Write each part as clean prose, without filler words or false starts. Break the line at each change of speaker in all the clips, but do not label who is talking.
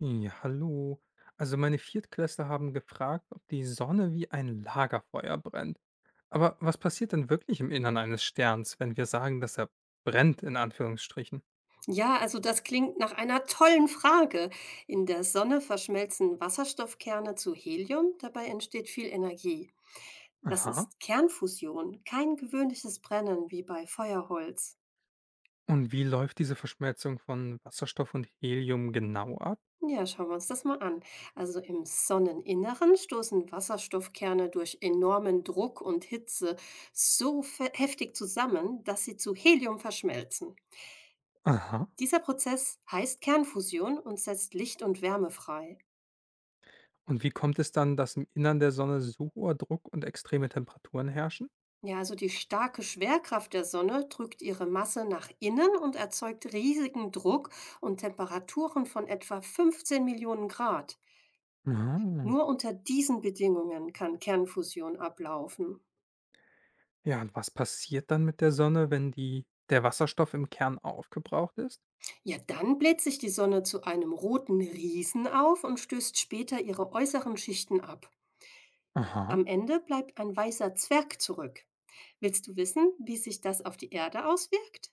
Ja, hallo. Also meine Viertklässler haben gefragt, ob die Sonne wie ein Lagerfeuer brennt. Aber was passiert denn wirklich im Innern eines Sterns, wenn wir sagen, dass er brennt, in Anführungsstrichen?
Ja, also das klingt nach einer tollen Frage. In der Sonne verschmelzen Wasserstoffkerne zu Helium, dabei entsteht viel Energie. Das
Aha.
ist Kernfusion, kein gewöhnliches Brennen wie bei Feuerholz.
Und wie läuft diese Verschmelzung von Wasserstoff und Helium genau ab?
Ja, schauen wir uns das mal an. Also im Sonneninneren stoßen Wasserstoffkerne durch enormen Druck und Hitze heftig zusammen, dass sie zu Helium verschmelzen.
Aha.
Dieser Prozess heißt Kernfusion und setzt Licht und Wärme frei.
Und wie kommt es dann, dass im Innern der Sonne so hoher Druck und extreme Temperaturen herrschen?
Ja, also die starke Schwerkraft der Sonne drückt ihre Masse nach innen und erzeugt riesigen Druck und Temperaturen von etwa 15 Millionen Grad.
Ah.
Nur unter diesen Bedingungen kann Kernfusion ablaufen.
Ja, und was passiert dann mit der Sonne, wenn der Wasserstoff im Kern aufgebraucht ist?
Ja, dann bläht sich die Sonne zu einem roten Riesen auf und stößt später ihre äußeren Schichten ab. Am
Aha.
Ende bleibt ein weißer Zwerg zurück. Willst du wissen, wie sich das auf die Erde auswirkt?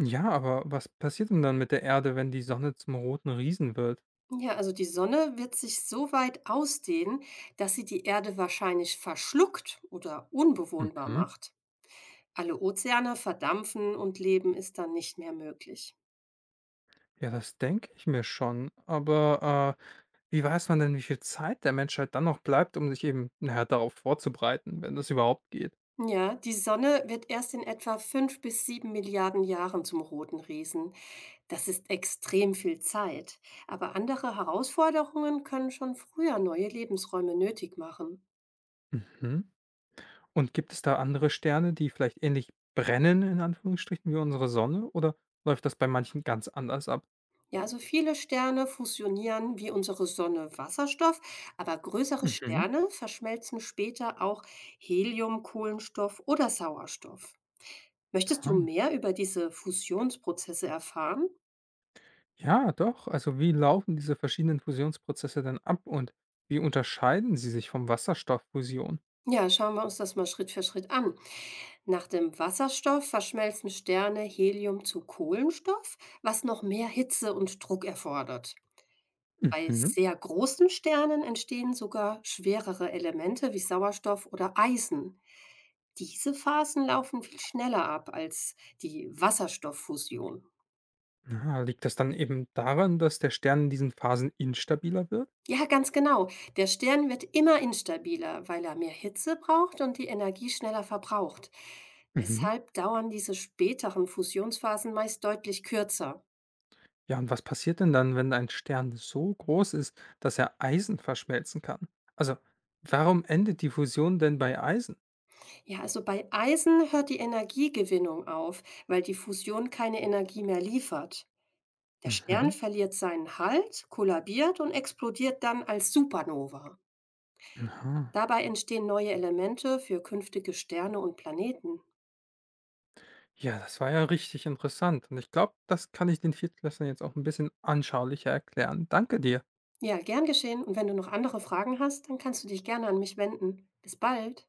Ja, aber was passiert denn dann mit der Erde, wenn die Sonne zum roten Riesen wird?
Ja, also die Sonne wird sich so weit ausdehnen, dass sie die Erde wahrscheinlich verschluckt oder unbewohnbar
Mhm.
macht. Alle Ozeane verdampfen und Leben ist dann nicht mehr möglich.
Ja, das denke ich mir schon. Aber wie weiß man denn, wie viel Zeit der Menschheit dann noch bleibt, um sich eben, naja, darauf vorzubereiten, wenn das überhaupt geht?
Ja, die Sonne wird erst in etwa 5 bis 7 Milliarden Jahren zum roten Riesen. Das ist extrem viel Zeit. Aber andere Herausforderungen können schon früher neue Lebensräume nötig machen.
Mhm. Und gibt es da andere Sterne, die vielleicht ähnlich brennen, in Anführungsstrichen, wie unsere Sonne? Oder läuft das bei manchen ganz anders ab?
Ja, also viele Sterne fusionieren wie unsere Sonne Wasserstoff, aber größere
Mhm.
Sterne verschmelzen später auch Helium, Kohlenstoff oder Sauerstoff. Möchtest du
Ah,
mehr über diese Fusionsprozesse erfahren?
Ja, doch. Also wie laufen diese verschiedenen Fusionsprozesse denn ab und wie unterscheiden sie sich vom Wasserstofffusion?
Ja, schauen wir uns das mal Schritt für Schritt an. Nach dem Wasserstoff verschmelzen Sterne Helium zu Kohlenstoff, was noch mehr Hitze und Druck erfordert. Bei
Mhm.
sehr großen Sternen entstehen sogar schwerere Elemente wie Sauerstoff oder Eisen. Diese Phasen laufen viel schneller ab als die Wasserstofffusion.
Na, liegt das dann eben daran, dass der Stern in diesen Phasen instabiler wird?
Ja, ganz genau. Der Stern wird immer instabiler, weil er mehr Hitze braucht und die Energie schneller verbraucht.
Mhm.
Deshalb dauern diese späteren Fusionsphasen meist deutlich kürzer.
Ja, und was passiert denn dann, wenn ein Stern so groß ist, dass er Eisen verschmelzen kann? Also, warum endet die Fusion denn bei Eisen?
Ja, also bei Eisen hört die Energiegewinnung auf, weil die Fusion keine Energie mehr liefert. Der Stern
Mhm.
verliert seinen Halt, kollabiert und explodiert dann als Supernova.
Aha.
Dabei entstehen neue Elemente für künftige Sterne und Planeten.
Ja, das war ja richtig interessant. Und ich glaube, das kann ich den Viertklässlern jetzt auch ein bisschen anschaulicher erklären. Danke dir.
Ja, gern geschehen. Und wenn du noch andere Fragen hast, dann kannst du dich gerne an mich wenden. Bis bald.